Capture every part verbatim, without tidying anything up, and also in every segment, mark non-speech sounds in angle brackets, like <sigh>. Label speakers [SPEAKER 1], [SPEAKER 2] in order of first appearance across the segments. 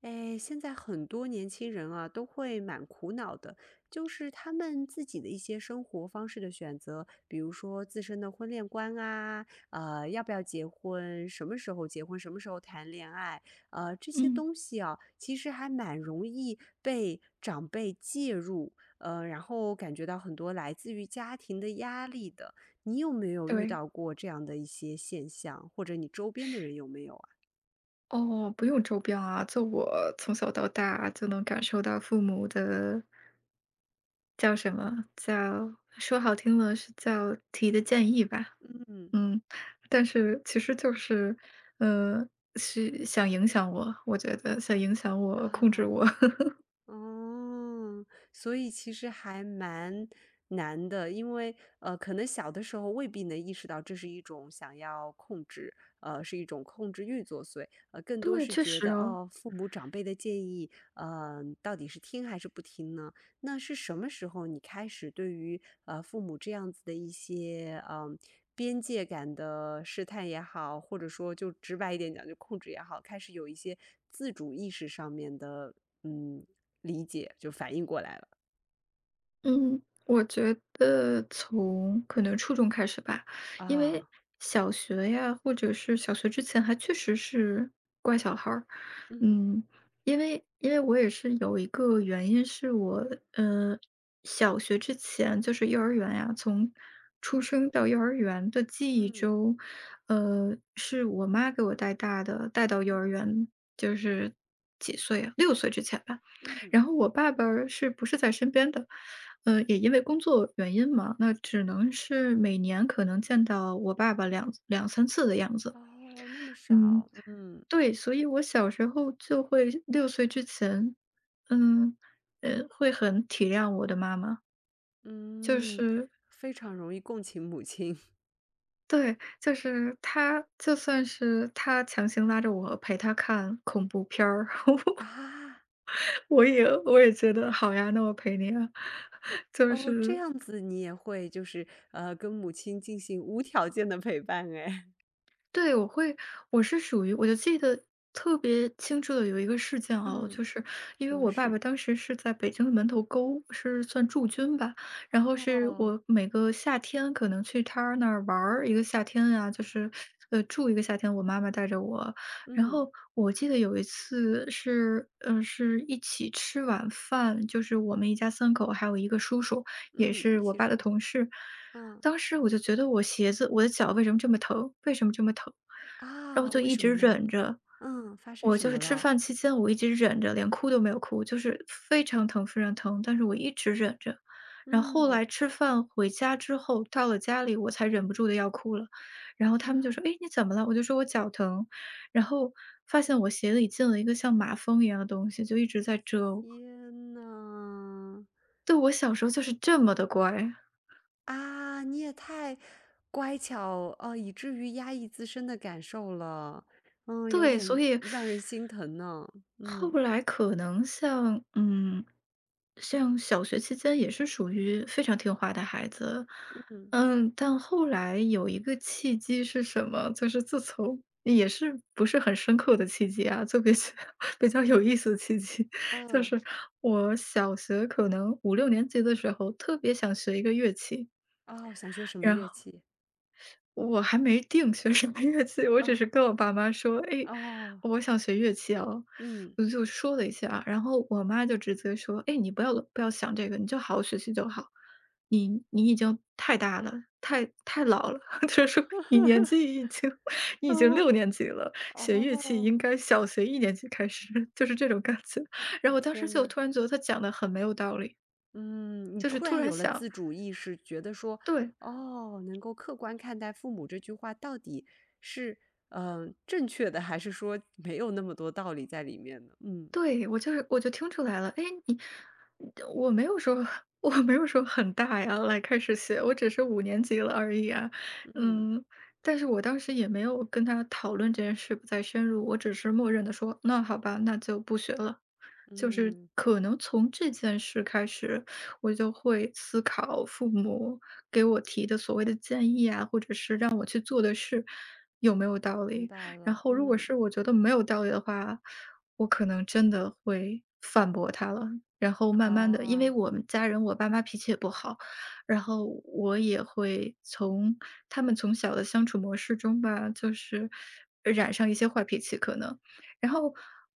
[SPEAKER 1] 哎，现在很多年轻人啊，都会蛮苦恼的，就是他们自己的一些生活方式的选择，比如说自身的婚恋观啊，呃，要不要结婚，什么时候结婚，什么时候谈恋爱，呃，这些
[SPEAKER 2] 嗯，
[SPEAKER 1] 东西啊，其实还蛮容易被长辈介入，呃，然后感觉到很多来自于家庭的压力的。你有没有遇
[SPEAKER 2] 对，
[SPEAKER 1] 到过这样的一些现象，或者你周边的人有没有啊？
[SPEAKER 2] 哦，不用周边啊，就我从小到大就能感受到父母的叫什么叫说好听了是叫提的建议吧，
[SPEAKER 1] 嗯嗯。
[SPEAKER 2] 嗯，但是其实就是，呃，是想影响我，我觉得想影响我，控制
[SPEAKER 1] 啊。
[SPEAKER 2] 我，<laughs>
[SPEAKER 1] 哦，所以其实还蛮难的，因为呃，可能小的时候未必能意识到这是一种想要控制，呃，是一种控制欲作祟，呃，更多
[SPEAKER 2] 对，
[SPEAKER 1] 是
[SPEAKER 2] 确
[SPEAKER 1] 觉
[SPEAKER 2] 实
[SPEAKER 1] 得
[SPEAKER 2] 哦。
[SPEAKER 1] 哦，父母长辈的建议，嗯，到底是听还是不听呢？那是什么时候你开始对于呃父母这样子的一些嗯、边界感的试探也好，或者说就直白一点讲，就控制也好，开始有一些自主意识上面的嗯，理解，就反应过来了。
[SPEAKER 2] 嗯，我觉得从可能初中开始吧，因为
[SPEAKER 1] 啊，
[SPEAKER 2] 小学呀，或者是小学之前还确实是乖小孩儿。
[SPEAKER 1] 嗯。
[SPEAKER 2] 嗯，因为因为我也是有一个原因是我，呃，小学之前就是幼儿园呀，从出生到幼儿园的记忆
[SPEAKER 1] 嗯。
[SPEAKER 2] 中，呃，是我妈给我带大的，带到幼儿
[SPEAKER 1] 嗯。
[SPEAKER 2] 园就是几岁啊六岁之前吧。
[SPEAKER 1] 嗯。
[SPEAKER 2] 然后我爸爸儿是不是在身边的，嗯，也因为工作原因嘛，那只
[SPEAKER 1] 嗯。
[SPEAKER 2] 能是每年可能见到我爸爸两两三次的样子。
[SPEAKER 1] 哦，那么
[SPEAKER 2] 嗯，
[SPEAKER 1] 少。嗯。
[SPEAKER 2] 对，所以我小时候就会六岁之前，嗯，呃，会很体谅我的妈妈，就
[SPEAKER 1] 嗯，
[SPEAKER 2] 是
[SPEAKER 1] 非常容易共情母亲 <laughs>。
[SPEAKER 2] 对，就是她就算是她强行拉着我陪她看恐怖片儿，<laughs>
[SPEAKER 1] 啊，
[SPEAKER 2] 我也我也觉得好呀，那我陪你啊，<laughs> 就
[SPEAKER 1] 哦，这
[SPEAKER 2] 是
[SPEAKER 1] 样子你也会就是，呃，跟母亲进行无条件的陪伴哎。<laughs>
[SPEAKER 2] 对，我会我是属于我就记得特别清楚的有一个事件啊，
[SPEAKER 1] 嗯，
[SPEAKER 2] 就是因为
[SPEAKER 1] 什么
[SPEAKER 2] 我爸爸
[SPEAKER 1] 事？
[SPEAKER 2] 当时是在北京的门头沟，是算驻军吧，然后是
[SPEAKER 1] 哦。
[SPEAKER 2] 我每个夏天可能去他那儿玩儿一个夏天啊，就是呃住一个夏天，我妈妈带着我，然
[SPEAKER 1] 嗯。
[SPEAKER 2] 后我记得有一次是呃是一起吃晚饭，就是我们一家三口还有一个叔叔，也
[SPEAKER 1] 嗯，
[SPEAKER 2] 是
[SPEAKER 1] 一
[SPEAKER 2] 我
[SPEAKER 1] 起
[SPEAKER 2] 爸
[SPEAKER 1] 说。
[SPEAKER 2] 的同事。
[SPEAKER 1] 嗯，
[SPEAKER 2] 当时我就觉得我鞋子我的脚为什么这么疼？为什么这么疼？然后我
[SPEAKER 1] 啊，
[SPEAKER 2] 就
[SPEAKER 1] 为
[SPEAKER 2] 一
[SPEAKER 1] 什么
[SPEAKER 2] 直
[SPEAKER 1] 呢？
[SPEAKER 2] 忍着，
[SPEAKER 1] 嗯，发生
[SPEAKER 2] 我
[SPEAKER 1] 什
[SPEAKER 2] 就
[SPEAKER 1] 么
[SPEAKER 2] 是吃
[SPEAKER 1] 了？
[SPEAKER 2] 饭期间我一直忍着，连哭都没有哭，就是非常疼非常疼，但是我一直忍着。然后后
[SPEAKER 1] 嗯，
[SPEAKER 2] 来吃饭回家之后，到了家里我才忍不住的要哭了，然后他们就说：“哎，你怎么了？”我就说：“我脚疼。”然后发现我鞋里进了一个像马蜂一样的东西，就一直在蛰我。
[SPEAKER 1] 天呐。
[SPEAKER 2] 对，我小时候就是这么的乖，
[SPEAKER 1] 啊，你也太乖巧哦，以至于压抑自身的感受了，嗯，有
[SPEAKER 2] 对，所
[SPEAKER 1] 点
[SPEAKER 2] 以
[SPEAKER 1] 让人心疼呢。
[SPEAKER 2] 后
[SPEAKER 1] 嗯。
[SPEAKER 2] 来可能像嗯，像小学期间也是属于非常听话的孩子，
[SPEAKER 1] 嗯。
[SPEAKER 2] 嗯，但后来有一个契机是什么？就是自从也是不是很深刻的契机啊，就比较 <laughs> 比较有意思的契机，<laughs> 就
[SPEAKER 1] 啊。
[SPEAKER 2] 是我小学可能五六年级的时候特别想学一个乐器，
[SPEAKER 1] 哦，想学什么
[SPEAKER 2] 然
[SPEAKER 1] 乐
[SPEAKER 2] 后。
[SPEAKER 1] 器？
[SPEAKER 2] 我还没定学什么乐器，我只
[SPEAKER 1] 啊。
[SPEAKER 2] 是跟我爸妈说：“哎，
[SPEAKER 1] 哦。
[SPEAKER 2] 我想学乐器啊。”
[SPEAKER 1] 嗯。
[SPEAKER 2] 我就说了一下，然后我妈就直接说：“哎，你不要不要想这个，你就好好学习就好。你你已经太大了，太太老了。<laughs>” 就是说你年纪已经 <laughs> 你已经
[SPEAKER 1] 哦。
[SPEAKER 2] 六年级了，学乐器
[SPEAKER 1] 哦，
[SPEAKER 2] 应该小学一年级开始，就是这种感觉。然
[SPEAKER 1] 啊
[SPEAKER 2] 后我当时
[SPEAKER 1] 天
[SPEAKER 2] 就
[SPEAKER 1] 呐，
[SPEAKER 2] 突然觉得他讲的很没有道理，
[SPEAKER 1] 嗯，你
[SPEAKER 2] 就是
[SPEAKER 1] 突
[SPEAKER 2] 突
[SPEAKER 1] 然
[SPEAKER 2] 然
[SPEAKER 1] 有了
[SPEAKER 2] 想
[SPEAKER 1] 自主意识，觉得说
[SPEAKER 2] 对。
[SPEAKER 1] 哦，能够客观看待父母这句话到底是嗯、呃正确的，还是说没有那么多道理在里面呢？嗯。
[SPEAKER 2] 对，我就是我就听出来了，哎，你我没有说 <laughs> 我没有说很大呀，来开始学，我只是五年级了而已啊，
[SPEAKER 1] 嗯。
[SPEAKER 2] 嗯，但是我当时也没有跟他讨论这件事，不再深入，我只是默认的说，那好吧，那就不学了，就是
[SPEAKER 1] 嗯，
[SPEAKER 2] 可能从这件事开始，我就会思考父母给我提的所谓的建议啊，或者是让我去做的事有没有道
[SPEAKER 1] 明
[SPEAKER 2] 理，
[SPEAKER 1] 白
[SPEAKER 2] 然
[SPEAKER 1] 了。
[SPEAKER 2] 后如果
[SPEAKER 1] 嗯。
[SPEAKER 2] 是我觉得没有道理的话。我可能真的会反驳他了。然后慢慢的，因为
[SPEAKER 1] 哦。
[SPEAKER 2] 我们家人我爸妈脾气也不好，然后我也会从他们从小的相处模式中吧，就是染上一些坏脾气可能。然后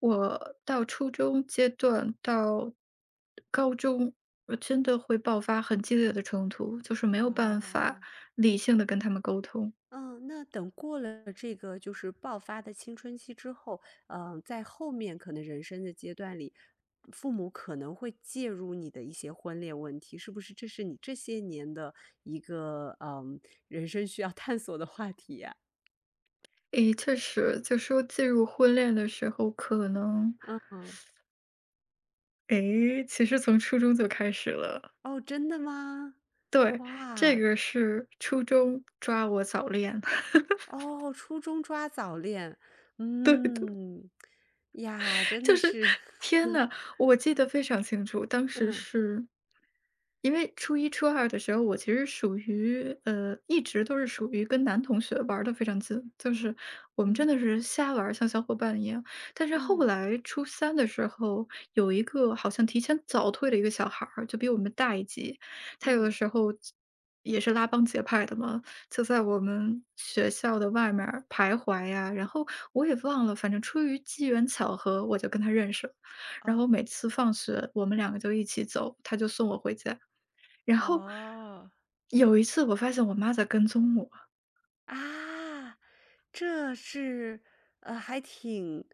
[SPEAKER 2] 我到初中阶段到高中，我真的会爆发很激烈的冲突，就是没有办法
[SPEAKER 1] 哦。
[SPEAKER 2] 理性的跟他们沟通。
[SPEAKER 1] 嗯，那等过了这个就是爆发的青春期之后，嗯，在后面可能人生的阶段里，父母可能会介入你的一些婚恋问题，是不是？这是你这些年的一个嗯人生需要探索的话题呀、
[SPEAKER 2] 诶，确实，就说进入婚恋的时候，可能
[SPEAKER 1] 嗯，
[SPEAKER 2] 诶，其实从初中就开始了，
[SPEAKER 1] 哦，真的吗？
[SPEAKER 2] 对，这
[SPEAKER 1] 哇。
[SPEAKER 2] 个是初中抓我早恋，<laughs>
[SPEAKER 1] 哦，初中抓早恋，
[SPEAKER 2] 对。
[SPEAKER 1] 嗯，呀，真的
[SPEAKER 2] 就是
[SPEAKER 1] 是，
[SPEAKER 2] 天
[SPEAKER 1] <laughs>
[SPEAKER 2] 呐，我记得非常清楚，当时
[SPEAKER 1] 嗯。
[SPEAKER 2] 是因为初一、初二的时候，我其实属于呃，一直都是属于跟男同学玩的非常近，就是我们
[SPEAKER 1] 嗯。
[SPEAKER 2] 真的是瞎玩儿像小伙伴一样。但是后
[SPEAKER 1] 嗯。
[SPEAKER 2] 来初三的时候，有一个好像提前早退的一个小孩儿，就比我们大一级，他有
[SPEAKER 1] 嗯，
[SPEAKER 2] 的时候也是拉帮结派的嘛，就在我们学校的外面儿徘徊呀，然后我也忘了，反正出于机缘巧合，我就跟他认识了。然
[SPEAKER 1] 哦。
[SPEAKER 2] 后每次放学，我们两个就一起走，他就送我回家。然后
[SPEAKER 1] 哦。
[SPEAKER 2] 有一次，我发现我妈在跟踪我，
[SPEAKER 1] 啊，这是，呃，还挺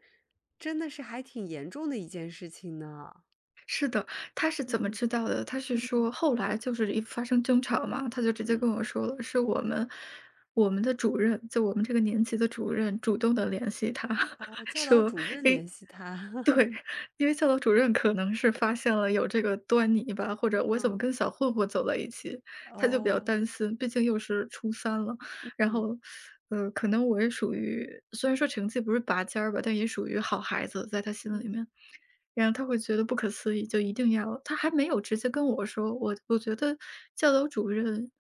[SPEAKER 1] 真的是还挺严重的一件事情呢。
[SPEAKER 2] 是的，他是怎么
[SPEAKER 1] 嗯。
[SPEAKER 2] 知道的？他是
[SPEAKER 1] 嗯。
[SPEAKER 2] 说后来就是一发生争吵嘛，他就直接
[SPEAKER 1] 嗯，
[SPEAKER 2] 跟我说了，是我们我们的主任，就我们这个年级的主任主动的联系他，
[SPEAKER 1] 哦，
[SPEAKER 2] <laughs>
[SPEAKER 1] 教导
[SPEAKER 2] 说，
[SPEAKER 1] 主任联
[SPEAKER 2] 诶，
[SPEAKER 1] 系他，
[SPEAKER 2] 对，
[SPEAKER 1] <laughs>
[SPEAKER 2] 因为教导主任可能是发现了有这个端倪吧，或者我怎么
[SPEAKER 1] 嗯。
[SPEAKER 2] 跟小混混走在一起，他就比较
[SPEAKER 1] 哦。
[SPEAKER 2] 担心，毕竟又是初三了，然
[SPEAKER 1] 嗯。
[SPEAKER 2] 后。呃，可能我也属于，虽然说成绩不是拔尖儿吧，但也属于好孩子，在他心里
[SPEAKER 1] 嗯。
[SPEAKER 2] 面。然后他会觉得不可思议，就一定要他还没有直接跟我说，我我觉得教导主任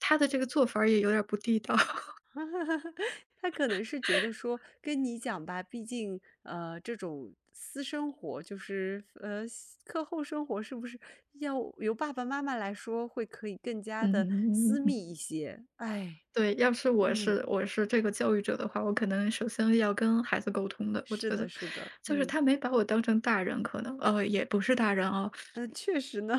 [SPEAKER 2] 他的这个做法儿也有点儿不地道。<laughs>
[SPEAKER 1] <laughs> 他可能是觉得说跟你讲吧，毕竟呃，这种私生活就是呃，课后生活是不是要由爸爸妈妈来说会可以更加的
[SPEAKER 2] 嗯
[SPEAKER 1] 私
[SPEAKER 2] 嗯
[SPEAKER 1] 密一些？哎，
[SPEAKER 2] 对，要是我
[SPEAKER 1] 嗯，
[SPEAKER 2] 是我是这个教育者的话，我可能首先要跟孩子沟通的。我
[SPEAKER 1] 是
[SPEAKER 2] 觉
[SPEAKER 1] 的，
[SPEAKER 2] 得，
[SPEAKER 1] 是的，
[SPEAKER 2] 就是
[SPEAKER 1] 嗯，
[SPEAKER 2] 他没把我当成大人，可能呃也不是大人哦，
[SPEAKER 1] 呃，确实呢，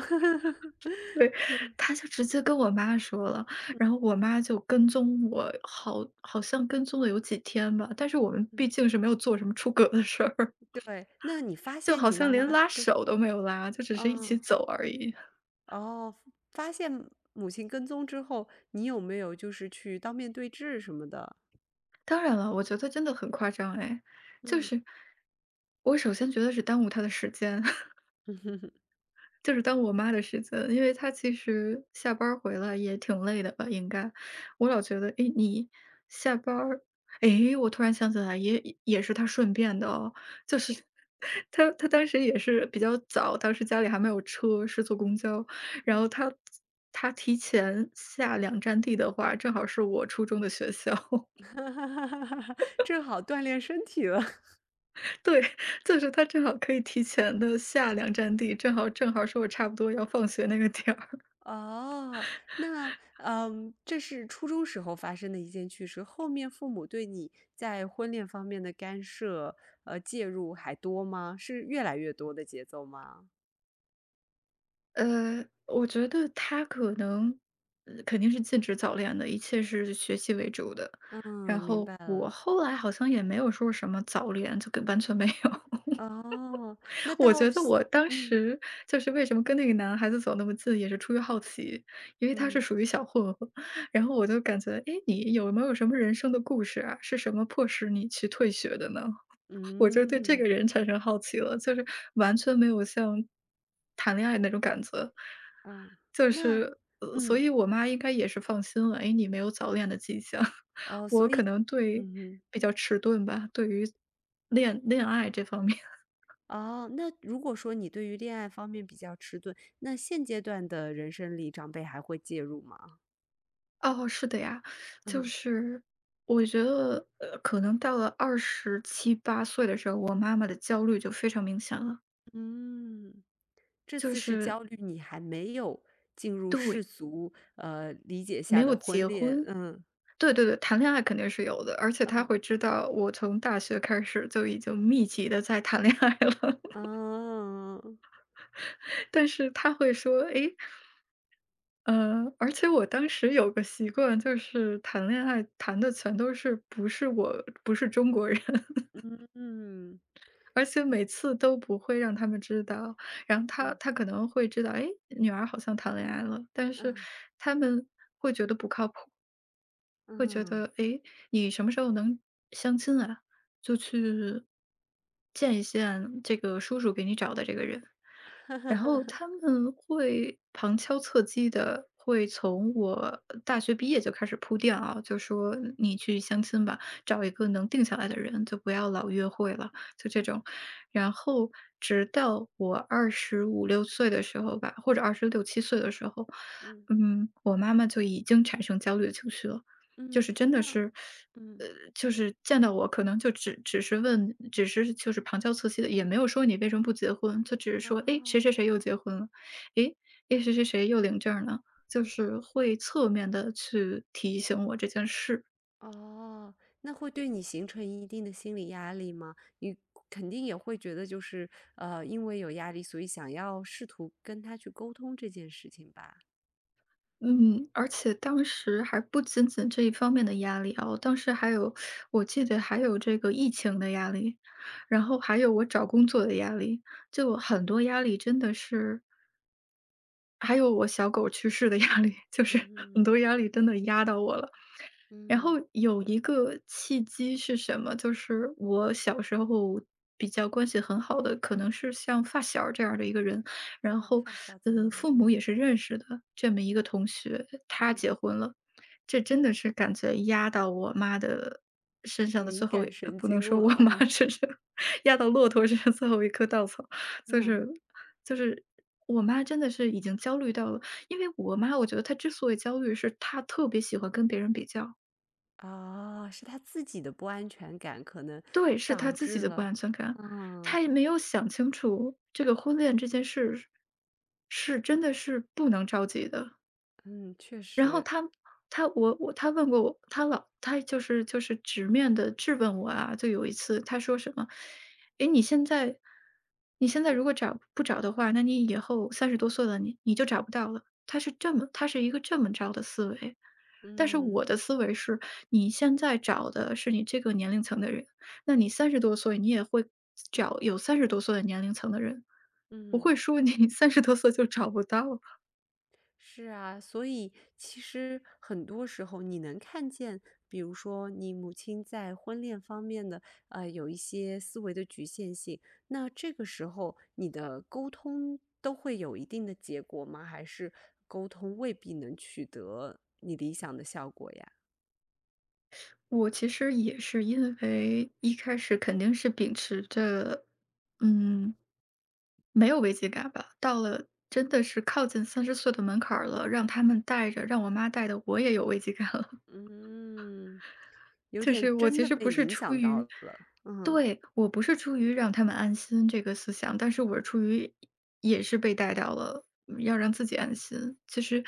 [SPEAKER 2] <laughs> 对，
[SPEAKER 1] <laughs> 对，
[SPEAKER 2] 他就直接跟我妈说了，然后我妈就跟踪我，好好像跟踪了有几天吧。但是我们
[SPEAKER 1] 嗯，
[SPEAKER 2] 毕竟是没有做什么出格的事儿，
[SPEAKER 1] 对。那你发
[SPEAKER 2] 就
[SPEAKER 1] 现
[SPEAKER 2] 好
[SPEAKER 1] 你
[SPEAKER 2] 像
[SPEAKER 1] 妈
[SPEAKER 2] 连
[SPEAKER 1] 妈
[SPEAKER 2] 拉
[SPEAKER 1] 跟
[SPEAKER 2] 手都没有拉，就只是一起
[SPEAKER 1] 啊、
[SPEAKER 2] 走而已。
[SPEAKER 1] 哦，发现母亲跟踪之后，你有没有就是去当面对质什么的？
[SPEAKER 2] 当然了，我觉得真的很夸张哎，就
[SPEAKER 1] 嗯。
[SPEAKER 2] 是我首先觉得是耽误他的时间，
[SPEAKER 1] <laughs>
[SPEAKER 2] 就是当我妈的时间，因为她其实下班儿回来也挺累的吧，应该。我老觉得，诶，你下班儿，诶，我突然想起来，也也是她顺便的哦，就是 <laughs> 她她当时也是比较早，当时家里还没有车，是坐公交，然后
[SPEAKER 1] 嗯。
[SPEAKER 2] 她她提前下两站地的话，正好是我初中的学校，
[SPEAKER 1] <laughs>
[SPEAKER 2] <laughs>
[SPEAKER 1] 哈哈哈哈哈！正好锻炼身体了。<laughs>
[SPEAKER 2] 对，就是她正好可以提前的下两站地，正好正好是我差不多要放学那个点儿。
[SPEAKER 1] 哦，那，嗯，这是初中时候发生的一件趣事，后面父母对你在婚恋方面的干涉，呃，介入还多吗？是越来越多的节奏吗？
[SPEAKER 2] 呃，我觉得他可能，呃肯定是禁止早恋的，一切是学习为主的。
[SPEAKER 1] 嗯，
[SPEAKER 2] 然
[SPEAKER 1] 明
[SPEAKER 2] 后
[SPEAKER 1] 白
[SPEAKER 2] 我
[SPEAKER 1] 了。
[SPEAKER 2] 后来好像也没有说什么早恋，就跟完全没有。
[SPEAKER 1] 哦，那
[SPEAKER 2] <laughs> 我
[SPEAKER 1] 到
[SPEAKER 2] 觉得
[SPEAKER 1] 西。
[SPEAKER 2] 我当
[SPEAKER 1] 嗯。
[SPEAKER 2] 时就是为什么跟那个男孩子走那么近，也是出于好奇，因为他是
[SPEAKER 1] 嗯。
[SPEAKER 2] 属于小混混。<laughs> 然后我就感觉，哎，你有没有什么人生的故事啊？是什么迫使你去退学的呢？我就对这
[SPEAKER 1] 嗯。
[SPEAKER 2] 个
[SPEAKER 1] 嗯。
[SPEAKER 2] 人产生好奇了，就是完全没有像谈恋爱那种感觉。
[SPEAKER 1] 嗯
[SPEAKER 2] 就
[SPEAKER 1] 那。
[SPEAKER 2] 是，呃，所
[SPEAKER 1] 嗯，
[SPEAKER 2] 以我妈应该也是放心了，哎，你没有早恋的迹象。<laughs>
[SPEAKER 1] 哦，
[SPEAKER 2] 我
[SPEAKER 1] 所
[SPEAKER 2] 可
[SPEAKER 1] 以
[SPEAKER 2] 能对
[SPEAKER 1] 嗯哼。
[SPEAKER 2] 比较迟钝吧，对于恋恋爱这方面。<laughs>
[SPEAKER 1] 哦，那如果说你对于恋爱方面比较迟钝，那现阶段的人生里，长辈还会介入吗？<laughs>
[SPEAKER 2] 哦，是的呀，就
[SPEAKER 1] 嗯。
[SPEAKER 2] 是我觉得，呃，可能到了二十七八岁的时候，我妈妈的焦虑就非常明显了，
[SPEAKER 1] 嗯，这
[SPEAKER 2] 就
[SPEAKER 1] 次是
[SPEAKER 2] 是
[SPEAKER 1] 焦虑你还没有进入世
[SPEAKER 2] 对。
[SPEAKER 1] 俗呃理解
[SPEAKER 2] 没
[SPEAKER 1] 下
[SPEAKER 2] 有
[SPEAKER 1] 的婚
[SPEAKER 2] 结
[SPEAKER 1] 恋，
[SPEAKER 2] 婚？
[SPEAKER 1] 嗯。
[SPEAKER 2] 对对对，谈恋爱肯定是有的，而且他
[SPEAKER 1] 嗯。
[SPEAKER 2] 会知道我从大学开始就已经密集的在谈恋爱了，
[SPEAKER 1] 嗯。
[SPEAKER 2] <laughs> 但是他会说："诶，呃，而且我当时有个习惯，就是谈恋爱谈的全都是不是我不是中国人，<laughs>
[SPEAKER 1] 嗯。嗯。
[SPEAKER 2] 而且每次都不会让他们知道。"然后他
[SPEAKER 1] 嗯。
[SPEAKER 2] 他可能会知道，诶，女儿好像谈恋爱了，但是
[SPEAKER 1] 嗯。
[SPEAKER 2] 他们会觉得不靠谱。会觉
[SPEAKER 1] 嗯。
[SPEAKER 2] 得，哎，你什么时候能相亲啊？就去见一见这个叔叔给你找的这个人。然后他
[SPEAKER 1] <laughs>
[SPEAKER 2] 们会旁敲侧击的，会从我大学毕业就开始铺垫啊，就说你去相亲吧，找一个能定下来的人，就不要老约会了，就这种。
[SPEAKER 1] 嗯。
[SPEAKER 2] 然后直到我二十五六岁的时候吧，或者二十六七岁的时候，
[SPEAKER 1] 嗯。
[SPEAKER 2] 嗯，我妈妈就已经产生焦虑的情绪了，就
[SPEAKER 1] 嗯，
[SPEAKER 2] 是真的
[SPEAKER 1] 那
[SPEAKER 2] 是。
[SPEAKER 1] 嗯。
[SPEAKER 2] 呃，就是见到我可能就只只是问只是就是旁敲侧击的，也没有说你为什么不结婚，就只是说：
[SPEAKER 1] 啊。
[SPEAKER 2] “哎，谁谁谁又结婚了，诶，诶，谁谁谁又领证了。"就是会侧面的去提醒我这件事。
[SPEAKER 1] 哦，那会对你形成一定的心理压力吗？你肯定也会觉得就是，呃，因为有压力，所以想要试图跟他去沟通这件事情吧？
[SPEAKER 2] 嗯，而且当时还不仅仅这一方面的压力啊，我当时还有我记得还有这个疫情的压力，然后还有我找工作的压力，就很多压力真的是还有我小狗去世的压力，就是很
[SPEAKER 1] 嗯。
[SPEAKER 2] 多压力真的压到我了。然后
[SPEAKER 1] 嗯，
[SPEAKER 2] 有一个契机是什么？就是我小时候比较关系很好的，可能是像发小儿这样的一个人，然
[SPEAKER 1] 哦，
[SPEAKER 2] 后，
[SPEAKER 1] 发小怎么
[SPEAKER 2] 呃，
[SPEAKER 1] 了？
[SPEAKER 2] 父母
[SPEAKER 1] 嗯。
[SPEAKER 2] 也是认识的这么一
[SPEAKER 1] 嗯。
[SPEAKER 2] 个同学，他
[SPEAKER 1] 嗯，
[SPEAKER 2] 结婚了，这真的是感觉压到我妈的身上的
[SPEAKER 1] 敏
[SPEAKER 2] 最后一
[SPEAKER 1] 感
[SPEAKER 2] 呃
[SPEAKER 1] 神
[SPEAKER 2] 不能
[SPEAKER 1] 经
[SPEAKER 2] 说我
[SPEAKER 1] 了。
[SPEAKER 2] 妈
[SPEAKER 1] 嗯。
[SPEAKER 2] 身上，压到骆驼身上最后一棵稻草。就
[SPEAKER 1] 嗯，
[SPEAKER 2] 是就是我妈真的是已经焦虑到了，因为我妈我觉得她之所以焦虑，是她特别喜欢跟别人比较，
[SPEAKER 1] 哦，是他自己的不安全感可能
[SPEAKER 2] 对，是她
[SPEAKER 1] 导
[SPEAKER 2] 自己
[SPEAKER 1] 致
[SPEAKER 2] 的不
[SPEAKER 1] 了。
[SPEAKER 2] 安全感，
[SPEAKER 1] 嗯。
[SPEAKER 2] 她也没有想清楚这个婚恋这件事是真的是不能着急的。
[SPEAKER 1] 嗯，确
[SPEAKER 2] 然后
[SPEAKER 1] 实。
[SPEAKER 2] 他他我我他问过我，他老他就是就是直面的质问我啊，就有一次他说什么："诶，你现在你现在如果找不找的话，那你以后三十多岁了，你你就找不到了。"他是这么他是一个这么着的思维。但是
[SPEAKER 1] 嗯。
[SPEAKER 2] 我的思维是，你现在找的是你这个年龄层的人，那你三十多岁你也会找有三十多岁的年龄层的人，不
[SPEAKER 1] 嗯。
[SPEAKER 2] 会说你三十多岁就找不到。
[SPEAKER 1] 是啊，所以其实很多时候你能看见，比如说你母亲在婚恋方面的，呃，有一些思维的局限性，那这个时候你的沟通都会有一定的结果吗？还是沟通未必能取得你理想的效果呀？
[SPEAKER 2] 我其实也是因为一开始肯定是秉持着，嗯，没有危机感吧。到了真的是靠近三十岁的门槛儿了，让他们带着，让我妈带的，我也有危机感了。
[SPEAKER 1] 嗯，有
[SPEAKER 2] 就
[SPEAKER 1] 点
[SPEAKER 2] 是我
[SPEAKER 1] 真
[SPEAKER 2] 其
[SPEAKER 1] 的
[SPEAKER 2] 实
[SPEAKER 1] 被
[SPEAKER 2] 不是
[SPEAKER 1] 影
[SPEAKER 2] 出
[SPEAKER 1] 响到
[SPEAKER 2] 于
[SPEAKER 1] 了。嗯。
[SPEAKER 2] 对，我不是出于让他们安心这个思想，但是我是出于也是被带到了嗯要让自己安心。其实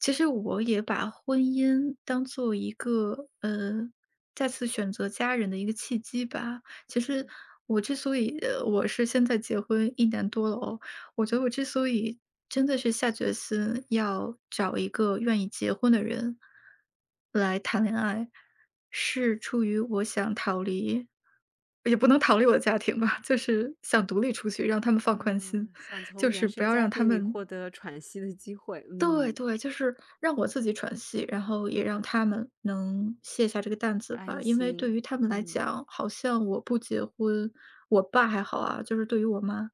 [SPEAKER 2] 其实我也把婚姻当做一个，呃，再次选择家人的一个契机吧。其实我之所以呃我是现在结婚一年多了哦，我觉得
[SPEAKER 1] 嗯。
[SPEAKER 2] 我之所以真的是下决心要找一个愿意结婚的人来谈恋爱，是出于我想逃离，也不能逃离我的家庭吧，就是想独立出去，让他们放宽心，
[SPEAKER 1] 啊，想从
[SPEAKER 2] 就
[SPEAKER 1] 原
[SPEAKER 2] 是
[SPEAKER 1] 生
[SPEAKER 2] 不要
[SPEAKER 1] 家
[SPEAKER 2] 让他
[SPEAKER 1] 庭里
[SPEAKER 2] 们
[SPEAKER 1] 获得喘息的机会，
[SPEAKER 2] 对
[SPEAKER 1] 嗯，
[SPEAKER 2] 对，就是让我自己喘息，然后也让他们能卸下这个担子吧。
[SPEAKER 1] 安
[SPEAKER 2] 因为对
[SPEAKER 1] 心，
[SPEAKER 2] 于他们来
[SPEAKER 1] 嗯。
[SPEAKER 2] 讲，好像我不结婚，我爸还好啊，就是对于我妈，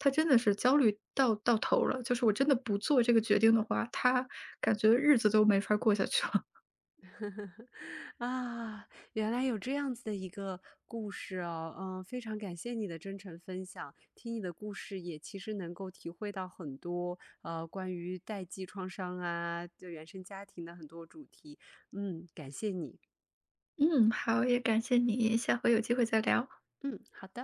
[SPEAKER 2] 她真的是焦虑到到头了。就是我真的不做这个决定的话，她感觉日子都没法儿过下去了。
[SPEAKER 1] 啊，原来有这样子的一个故事哦，嗯，非常感谢你的真诚分享。听你的故事也其实能够体会到很多，呃，关于代际创伤啊，就原生家庭的很多主题。嗯，感谢你。
[SPEAKER 2] <laughs> 嗯，好，也感谢你，下回有机会再聊。
[SPEAKER 1] 嗯，好的。